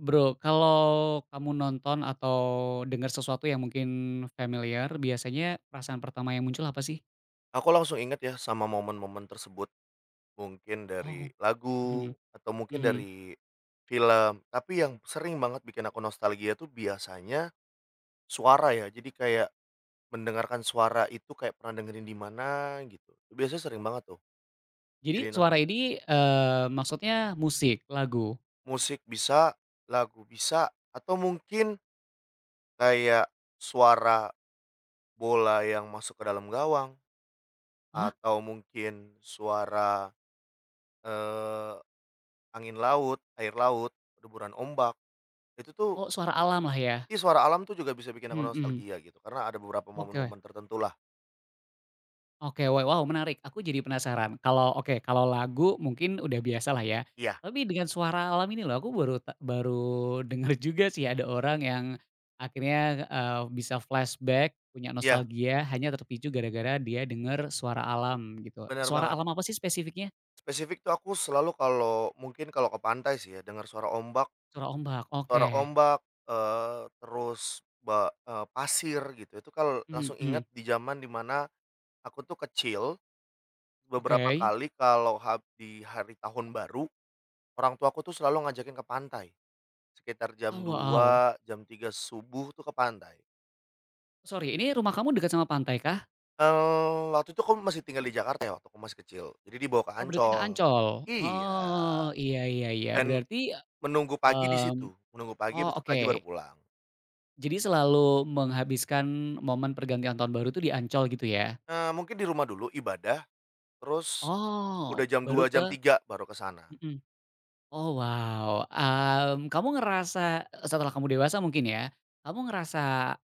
Bro, kalau kamu nonton atau dengar sesuatu yang mungkin familiar, biasanya perasaan pertama yang muncul apa sih? Aku langsung inget ya sama momen-momen tersebut, mungkin dari Oh, lagu mhm, atau mungkin mhm. dari film, tapi yang sering banget bikin aku nostalgia tuh biasanya suara ya. Jadi kayak mendengarkan suara itu kayak pernah dengerin di mana gitu. Itu biasanya sering banget tuh Jadi jadi suara nostalgia. ini, maksudnya musik, lagu? Musik bisa, lagu bisa, atau mungkin kayak suara bola yang masuk ke dalam gawang Hah? atau mungkin suara, eee, angin laut, air laut, deburan ombak. Itu tuh, Oh, suara alam lah ya? ih suara alam tuh juga bisa bikin aku Mhm mhm. nostalgia gitu, karena ada beberapa Oke. momen-momen tertentu lah. Oke, wow menarik, aku jadi penasaran. Kalau oke, kalau lagu mungkin udah biasa lah ya, Iya. tapi dengan suara alam ini loh aku baru baru dengar juga sih ada orang yang akhirnya, bisa flashback, punya Iya, nostalgia hanya terpicu gara-gara dia dengar suara alam gitu. benar Suara banget. alam apa sih spesifiknya? Spesifik tuh aku selalu kalau mungkin kalau ke pantai sih ya, dengar Suara ombak, oke. suara ombak, eee, terus ba eee, pasir gitu, itu kalau Mhm langsung mhm, inget di zaman dimana aku tuh kecil, beberapa oke. kali kalau di hari tahun baru, orang tua aku tuh selalu ngajakin ke pantai, sekitar Oh, jam wow. 2, jam 3 subuh tuh ke pantai. Sorry, ini rumah kamu dekat sama pantai kah? Waktu itu aku masih tinggal di Jakarta ya, waktu aku masih kecil, jadi dibawa ke Oh, berarti ke Ancol. Ancol? Iya, Oh, iya iya iya, dan berarti, menunggu pagi di mmm, situ, menunggu pagi, oh, habis itu oke. pagi baru pulang. Jadi selalu menghabiskan momen pergantian tahun baru itu di Ancol gitu ya? Mungkin di rumah dulu ibadah, terus udah Oh, jam baru 2 jam ke. 3 baru ke sana. Mhm. Oh wow, kamu ngerasa setelah kamu dewasa mungkin ya, kamu ngerasa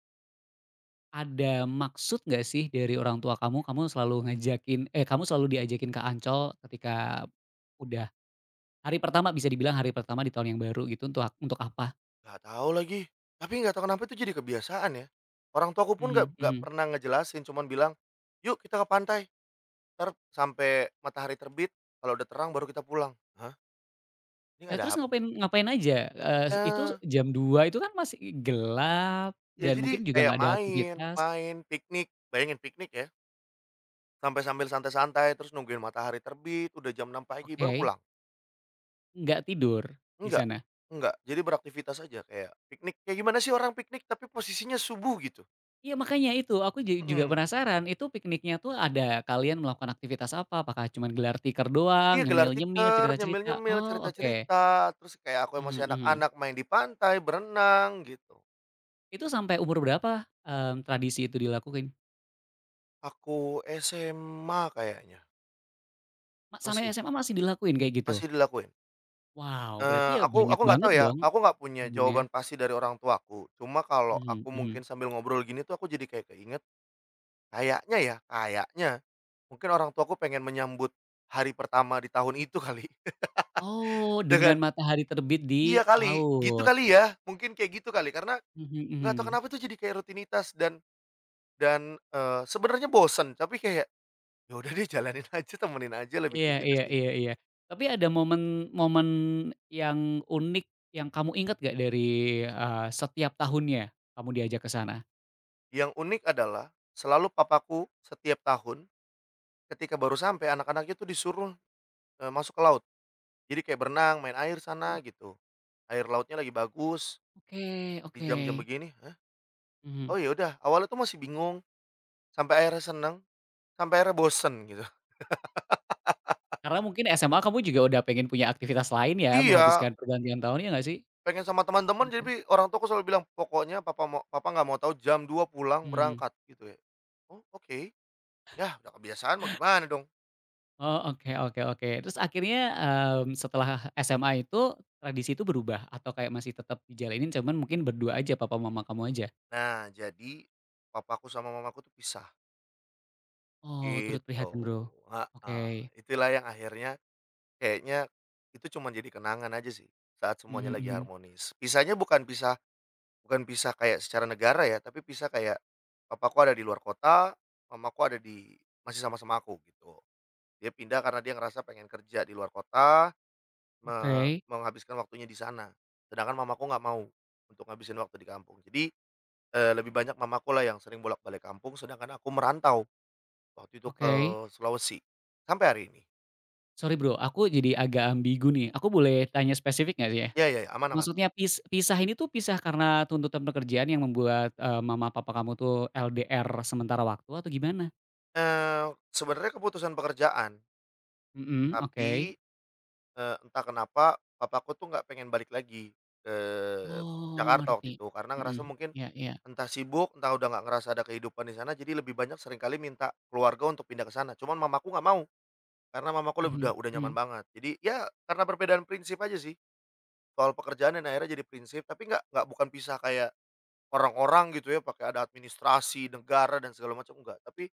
ada maksud nggak sih dari orang tua kamu, kamu selalu ngajakin eh kamu selalu diajakin ke Ancol ketika udah hari pertama bisa dibilang hari pertama di tahun yang baru gitu untuk apa? Nggak tahu lagi, tapi nggak tahu kenapa itu jadi kebiasaan ya. Orang tuaku pun nggak Mhm nggak mhm. pernah ngejelasin, cuman bilang, "Yuk kita ke pantai, entar sampai matahari terbit, kalau udah terang baru kita pulang." Hah, ini Eee, ada terus ngapain ngapain aja? Itu iya. jam 2 itu kan masih gelap Ya dan jadi mungkin juga kayak nggak ada main aktivitas. main, piknik, bayangin piknik ya, sampai sambil santai-santai, terus nungguin matahari terbit, udah jam 6 pagi baru Oke, pulang. nggak tidur di Enggak sana? enggak, jadi beraktivitas aja kayak piknik, kayak gimana sih orang piknik tapi posisinya subuh gitu? Iya makanya itu, aku juga Mhm. penasaran itu pikniknya tuh ada, kalian melakukan aktivitas apa? Apakah cuman gelar tikar doang, Iya gelar nyemil-nyemil, tikar, cerita-cerita? nyemil-nyemil, Oh oke, cerita-cerita, terus kayak aku yang mhm masih mhm. anak-anak main di pantai, berenang gitu. Itu sampai umur berapa, tradisi itu dilakuin? Aku SMA kayaknya, Sampai masih SMA masih dilakuin kayak gitu? masih dilakuin. Wow, berarti Eee, ya banyak aku nggak tahu banget ya, dong aku nggak punya temennya? jawaban pasti dari orang tuaku. Cuma kalau Mhm aku mungkin mhm. sambil ngobrol gini tuh aku jadi kayak keinget, kayaknya mungkin orang tuaku pengen menyambut hari pertama di tahun itu kali Oh, dengan dengan matahari terbit di iya kali, gitu laut. kali ya, mungkin kayak gitu kali. Karena Mhm nggak tahu mhm. kenapa tuh jadi kayak rutinitas dan sebenarnya bosen, tapi kayak, ya udah deh jalanin aja, temenin aja, lebih Iya kayak gitu iya sih. iya iya. Tapi ada momen momen yang unik yang kamu ingat nggak dari, setiap tahunnya kamu diajak ke sana? Yang unik adalah selalu papaku setiap tahun ketika baru sampai anak-anaknya tuh disuruh, masuk ke laut. Jadi kayak berenang, main air sana gitu, air lautnya lagi bagus, Oke di oke. jam-jam begini, "Hah? Mhm. Oh ya udah." Awalnya tuh masih bingung, sampai akhirnya seneng, sampai akhirnya bosen gitu. Karena mungkin SMA kamu juga udah pengen punya aktivitas lain ya, Iya, menghabiskan pergantian tahun, iya nggak sih? pengen sama teman-teman Oke. jadi orang tuaku selalu bilang, "Pokoknya papa mau papa nggak mau tahu jam 2 pulang Mhm. berangkat," gitu ya. Oh oke, ya udah kebiasaan mau gimana dong. Oh, oke oke oke. Terus akhirnya, setelah SMA itu, tradisi itu berubah? Atau kayak masih tetap dijalanin cuman mungkin berdua aja, papa mama kamu aja? Nah jadi, papaku sama mamaku tuh pisah, Oh, turut gitu. prihatin, Bro. Heeh, Oke. itulah yang akhirnya Kayaknya itu cuma jadi kenangan aja sih, saat semuanya Mhm lagi mhm. harmonis. Pisahnya bukan pisah kayak secara negara ya, tapi pisah kayak papaku ada di luar kota, mamaku ada masih sama-sama aku gitu. Dia pindah karena dia ngerasa pengen kerja di luar kota, Oke menghabiskan waktunya di sana. Sedangkan mamaku nggak mau untuk ngabisin waktu di kampung. Jadi, lebih banyak mamaku lah yang sering bolak-balik kampung, sedangkan aku merantau waktu itu ke oke. Sulawesi sampai hari ini. Sorry, Bro, aku jadi agak ambigu nih. Aku boleh tanya spesifik nggak sih ya? Ya ya aman aman. Maksudnya pisah ini tuh pisah karena tuntutan pekerjaan yang membuat, mama papa kamu tuh LDR sementara waktu atau gimana? Sebenarnya keputusan pekerjaan, Mhm, oke. tapi, entah kenapa papaku tuh nggak pengen balik lagi ke Oh, Jakarta ngerti. waktu itu, karena ngerasa Mhm. mungkin Iya iya. entah sibuk, entah udah nggak ngerasa ada kehidupan di sana, jadi lebih banyak seringkali minta keluarga untuk pindah ke sana. Cuman mamaku nggak mau, karena mamaku lebih Mhm udah nyaman mhm. banget. Jadi ya karena perbedaan prinsip aja sih, soal pekerjaan dan akhirnya jadi prinsip, tapi nggak bukan pisah kayak orang-orang gitu ya, pakai ada administrasi negara dan segala macam, enggak. Tapi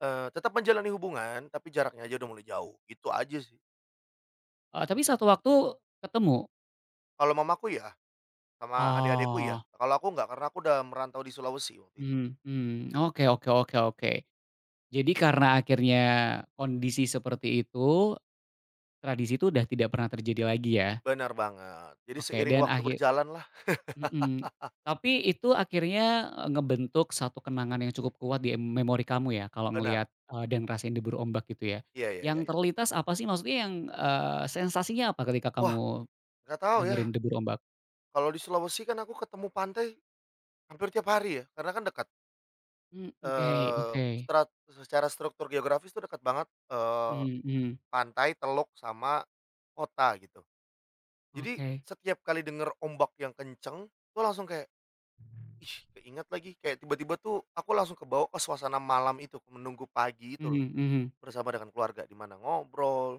Tetap menjalani hubungan, tapi jaraknya aja udah mulai jauh, gitu aja sih. Tapi satu waktu ketemu? Kalau mamaku ya, sama adik-adikku ya, Oh, kalau aku nggak, karena aku udah merantau di Sulawesi waktu itu. mhm mhm. Oke oke oke oke. Jadi karena akhirnya kondisi seperti itu, tradisi itu udah tidak pernah terjadi lagi ya? Benar banget, jadi Oke, seiring dan waktu akhir berjalan lah mhm. Tapi itu akhirnya, ngebentuk satu kenangan yang cukup kuat di memori kamu ya, kalau benar. ngelihat, dan ngerasain debur ombak gitu ya? Iya iya iya Yang iya. terlintas apa sih maksudnya yang, sensasinya apa ketika Wah, kamu nggak tahu ya, dengerin debur ombak? kalau di Sulawesi kan aku ketemu pantai hampir tiap hari ya, karena kan dekat, Mmm, oke eee, oke. strat secara struktur geografis tuh dekat banget, eee, Mhm mhm. pantai, teluk, sama kota gitu. Jadi Oke. setiap kali denger ombak yang kenceng, tuh langsung kayak ih, keinget lagi, kayak tiba-tiba tuh aku langsung kebawa ke suasana malam itu, menunggu pagi itu Mhm loh, mhm. bersama dengan keluarga, di mana ngobrol,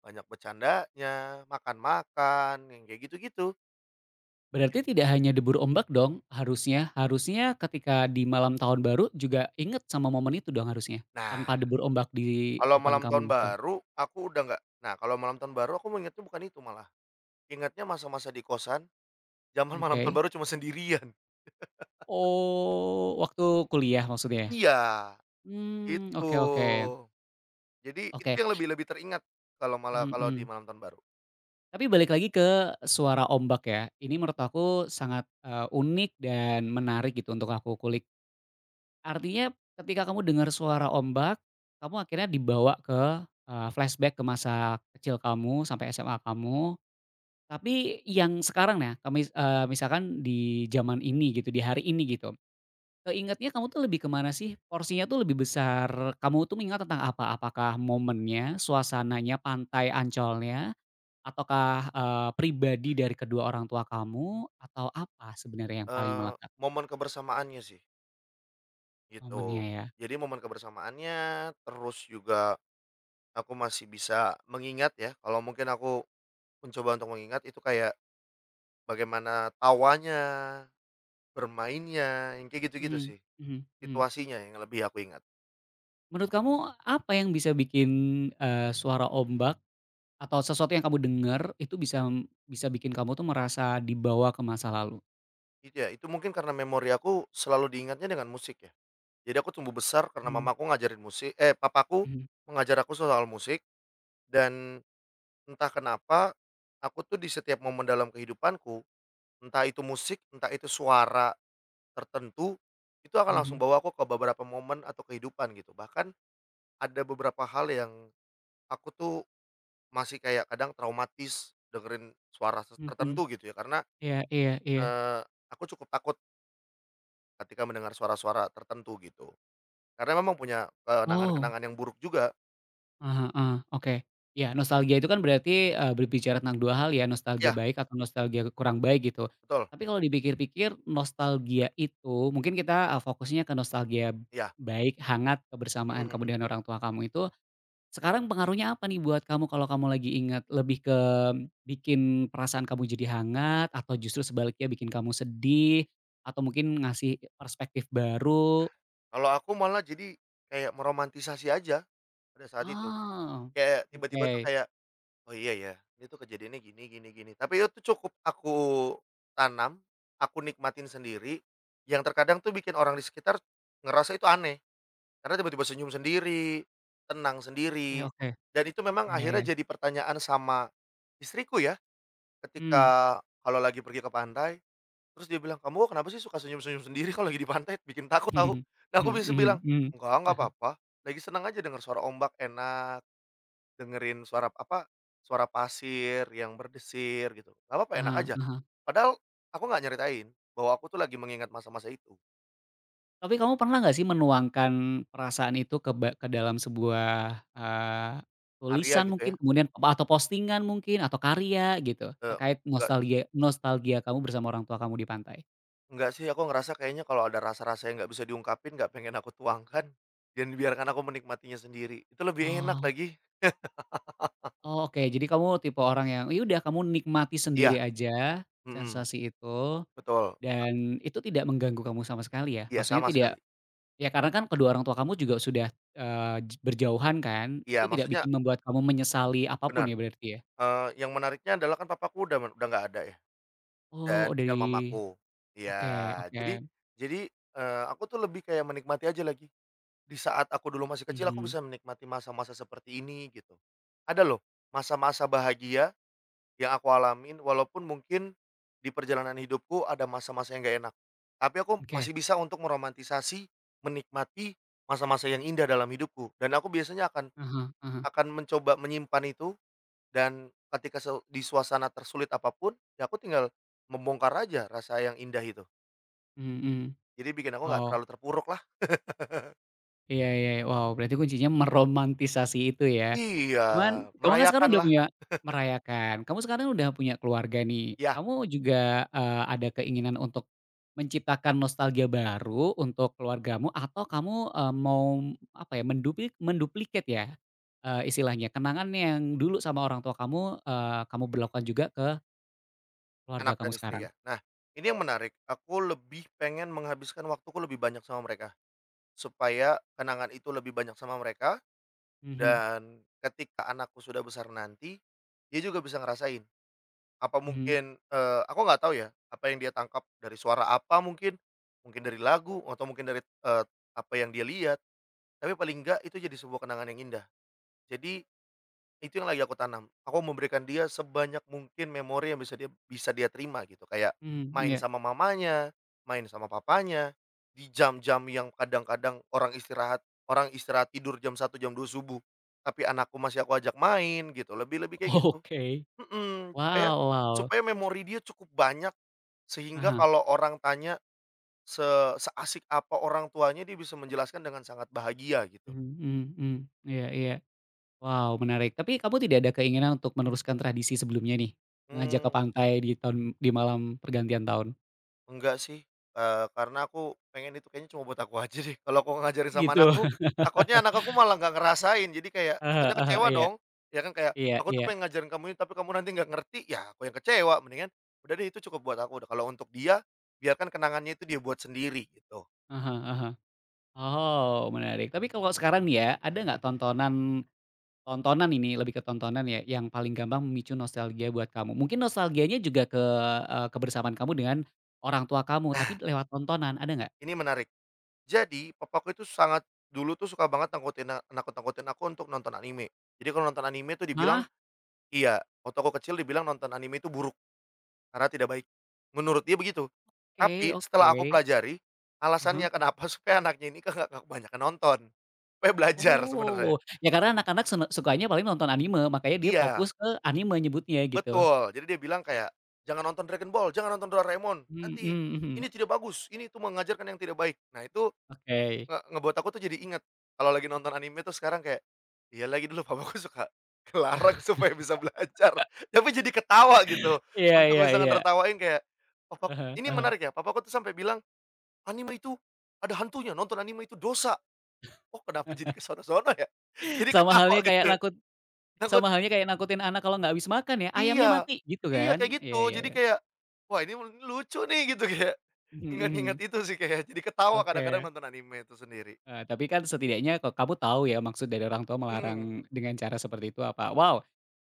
banyak bercandanya, makan-makan, yang kayak gitu-gitu. Berarti tidak hanya debur ombak dong harusnya? Harusnya ketika di malam tahun baru juga inget sama momen itu dong harusnya? Nah, Tanpa debur ombak di depan kamu misal? Kalau malam tahun baru aku mengingatnya bukan itu malah, ingatnya masa-masa di kosan, zaman malam tahun Oke. baru cuma sendirian. Oh, waktu kuliah maksudnya? Iya, Mmm, itu. oke oke. Jadi itu Oke, yang lebih lebih teringat kalau malah kalau di mhm. malam tahun baru, Tapi balik lagi ke suara ombak ya, ini menurut aku sangat, unik dan menarik gitu untuk aku kulik. Artinya ketika kamu dengar suara ombak, kamu akhirnya dibawa ke, flashback ke masa kecil kamu sampai SMA kamu, tapi yang sekarang ya, kamis misalkan di zaman ini gitu, di hari ini gitu, keingetnya kamu tuh lebih kemana sih? Porsinya tuh lebih besar, kamu tuh mengingat tentang apa? Apakah momennya, suasananya, pantai Ancolnya, ataukah, pribadi dari kedua orang tua kamu, atau apa sebenarnya yang paling eee, melekat? momen kebersamaannya sih. Momennya Gitu. ya. Jadi momen kebersamaannya, terus juga aku masih bisa mengingat ya, kalau mungkin aku mencoba untuk mengingat itu kayak bagaimana tawanya, bermainnya, yang kayak gitu-gitu Mhm sih, mhm mhm. situasinya yang lebih aku ingat. Menurut kamu apa yang bisa bikin, suara ombak atau sesuatu yang kamu dengar itu bisa bisa bikin kamu tuh merasa dibawa ke masa lalu? Itu ya, itu mungkin karena memori aku selalu diingatnya dengan musik ya. Jadi aku tumbuh besar karena Mhm mamaku ngajarin musik eh, papaku mhm mengajar aku soal musik dan entah kenapa aku tuh di setiap momen dalam kehidupanku, entah itu musik, entah itu suara tertentu, itu akan langsung mhm bawa aku ke beberapa momen atau kehidupan gitu. Bahkan ada beberapa hal yang aku tuh masih kayak kadang traumatis dengerin suara mhm. tertentu gitu ya, karena, Iya iya iya. eee, aku cukup takut ketika mendengar suara-suara tertentu gitu. Karena memang punya Oh, kenangan-kenangan yang buruk juga. heeh heeh, oke. Ya nostalgia itu kan berarti, berbicara tentang 2 hal ya, nostalgia Iya, baik atau nostalgia kurang baik gitu. betul, Tapi kalau dipikir-pikir nostalgia itu mungkin kita, fokusnya ke nostalgia iya, baik, hangat, mhm kebersamaan kamu mhm. dengan orang tua kamu itu. Sekarang pengaruhnya apa nih buat kamu kalau kamu lagi ingat? Lebih ke bikin perasaan kamu jadi hangat atau justru sebaliknya bikin kamu sedih? Atau mungkin ngasih perspektif baru? Kalau aku malah jadi kayak meromantisasi aja pada saat itu. Oh, Kayak tiba-tiba tuh oke. kayak oh iya ya, itu kejadiannya gini gini gini, tapi itu cukup aku tanam, aku nikmatin sendiri, yang terkadang tuh bikin orang di sekitar ngerasa itu aneh, karena tiba-tiba senyum sendiri, tenang Oke sendiri, oke. dan itu memang Iya ya. akhirnya jadi pertanyaan sama istriku ya, Mmm. ketika kalau lagi pergi ke pantai, terus dia bilang, "Kamu kok kenapa sih suka senyum-senyum sendiri kalau lagi di pantai?" Bikin takut tahu. Mhm. Nah, aku Mhm bisa bilang, mhm mhm. Enggak apa-apa, lagi senang aja dengar suara ombak enak." Dengerin suara apa, suara pasir yang berdesir gitu, nggak apa-apa enak Aha aja. aha. Padahal aku nggak nyeritain bahwa aku tuh lagi mengingat masa-masa itu, Tapi kamu pernah nggak sih menuangkan perasaan itu ke dalam sebuah, eee, Arya tulisan gitu ya, mungkin, kemudian atau postingan mungkin, atau karya gitu, eee, terkait enggak sih nostalgia nostalgia kamu bersama orang tua kamu di pantai? enggak sih aku ngerasa kayaknya kalau ada rasa-rasa yang nggak bisa diungkapin nggak pengen aku tuangkan dan biarkan aku menikmatinya sendiri, itu lebih enak Oh lagi. oh, oke. Jadi kamu tipe orang yang, ya udah kamu nikmati Iya, sendiri aja mhm, sensasi itu, betul, dan itu tidak mengganggu kamu sama sekali ya? iya Maksudnya sama tidak sekali. ya karena kan kedua orang tua kamu juga sudah, eee, j berjauhan kan? Itu Iya tidak maksudnya membuat kamu menyesali apapun benar, ya berarti ya? eee, yang menariknya adalah kan papaku udah nggak ada ya. Oh, Dan dari. tinggal mamaku. Oke Iya, oke, jadi aku tuh lebih kayak menikmati aja lagi. Di saat aku dulu masih kecil aku mhm, bisa menikmati masa-masa seperti ini gitu. Ada loh masa-masa bahagia yang aku alamin walaupun mungkin di perjalanan hidupku ada masa-masa yang gak enak. Tapi aku oke, masih bisa untuk meromantisasi, menikmati masa-masa yang indah dalam hidupku dan aku biasanya akan ah hah ah hah, mencoba menyimpan itu dan ketika di suasana tersulit apapun, ya aku tinggal membongkar aja rasa yang indah itu. mhm mhm. Jadi bikin aku nggak Wow, terlalu terpuruk lah. iya iya, iya. Wow, berarti kuncinya meromantisasi itu ya. Iya, Cuman kamu kan sekarang udah merayakanlah. punya merayakan, kamu sekarang udah punya keluarga nih, Iya, kamu juga, ada keinginan untuk menciptakan nostalgia baru untuk keluargamu atau kamu, mau apa ya, menduplikat ya, istilahnya kenangan yang dulu sama orang tua kamu, kamu berlakukan juga ke keluarga anak kamu dan sekarang? istri ya. Nah, ini yang menarik, aku lebih pengen menghabiskan waktuku lebih banyak sama mereka, supaya kenangan itu lebih banyak sama mereka, Mhm dan ketika anakku sudah besar nanti, dia juga bisa ngerasain. Apa mhm. mungkin, aku nggak tahu ya, apa yang dia tangkap dari suara apa mungkin, mungkin dari lagu, atau mungkin dari, apa yang dia lihat. Tapi paling enggak itu jadi sebuah kenangan yang indah. Jadi itu yang lagi aku tanam. Aku memberikan dia sebanyak mungkin memori yang bisa dia terima gitu. Kayak Mmm, main iya. sama mamanya, main sama papanya di jam-jam yang kadang-kadang orang istirahat tidur jam satu jam 2 subuh. Tapi anakku masih aku ajak main gitu, lebih-lebih kayak gitu. Oke. Mhm, supaya Wow wow. supaya memori dia cukup banyak Ah sehingga hah. kalau orang tanya se seasik apa orang tuanya dia bisa menjelaskan dengan sangat bahagia gitu. Mhm. Mhm mhm. Iya iya. Wow, menarik. Tapi kamu tidak ada keinginan untuk meneruskan tradisi sebelumnya nih? Ngajak ke Mmm. pantai di malam pergantian tahun? Enggak sih, karena aku pengen itu kayaknya cuma buat aku aja deh. Kalau aku ngajarin sama Gitu. anakku, takutnya anak aku malah nggak ngerasain, jadi kayak Ah hah takutnya ah hah. kecewa Iya. dong, ya kan kayak, Iya "Aku tuh iya. pengen ngajarin kamu ini tapi kamu nanti nggak ngerti," ya aku yang kecewa. Mendingan udah deh itu cukup buat aku, udah kalau untuk dia, biarkan kenangannya itu dia buat sendiri gitu. Ah hah ah hah. Oh, menarik. Tapi kalau sekarang nih ya, ada nggak tontonan tontonan ini, lebih ke tontonan ya, yang paling gampang memicu nostalgia buat kamu? Mungkin nostalgianya juga ke, kebersamaan kamu dengan orang tua kamu, tapi lewat tontonan, ada nggak? Ini menarik. Jadi papaku itu dulu tuh suka banget nangkutin a nakut-nakutin aku untuk nonton anime. Jadi kalau nonton anime tuh dibilang Hah? iya, waktu aku kecil dibilang nonton anime itu buruk. Karena tidak baik, menurut dia begitu. Oke Tapi setelah oke. aku pelajari, Ah hah. alasannya kenapa supaya anaknya ini kan nggak kebanyakan nonton, supaya belajar sebenarnya. Oh, ya karena anak-anak sukanya paling nonton anime, makanya dia fokus Iya, ke anime nyebutnya gitu. betul. Jadi dia bilang kayak, "Jangan nonton Dragon Ball, jangan nonton Doraemon, Mhm nanti mhm. ini tidak bagus, ini tuh mengajarkan yang tidak baik." Nah itu Oke. Ngebuat aku tuh jadi inget, kalau lagi nonton anime tuh sekarang kayak, iya lagi dulu papaku suka kelarang supaya bisa belajar, tapi jadi ketawa gitu, Iya untuk iya bisa iya. ngertawain kayak, papa Ah hah ini ah hah. menarik ya, papaku tuh sampai bilang anime itu ada hantunya, nonton anime itu dosa. Oh, kenapa jadi ke sono-sono ya? Jadi Sama ketawa halnya kayak gitu ya. nakut Takut sama halnya kayak nakutin anak kalau nggak habis makan ya, "Ayamnya iya, mati!" Gitu iya kayak kan? Iya gitu. iya Jadi iya. kayak, wah ini lucu nih gitu kayak Mhm ingat-ingat mhm. itu sih kayak jadi ketawa kadang-kadang Oke. nonton anime itu sendiri. Tapi kan setidaknya kok kamu tahu ya maksud dari orang tua melarang Mhm. dengan cara seperti itu apa. Wow,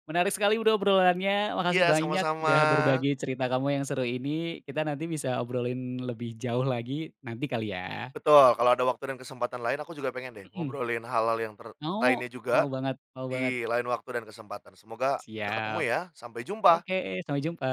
menarik sekali udah obrolannya, makasih Iya, banyak sama-sama. udah berbagi cerita kamu yang seru ini, kita nanti bisa obrolin lebih jauh lagi nanti kali ya? Betul, kalau ada waktu dan kesempatan lain aku juga pengen deh Mhm, ngobrolin hal-hal yang mau? lainnya juga Mau banget mau banget. di lain waktu dan kesempatan. Semoga bisa ketemu Siap, ya, sampai oke jumpa. sampai jumpa.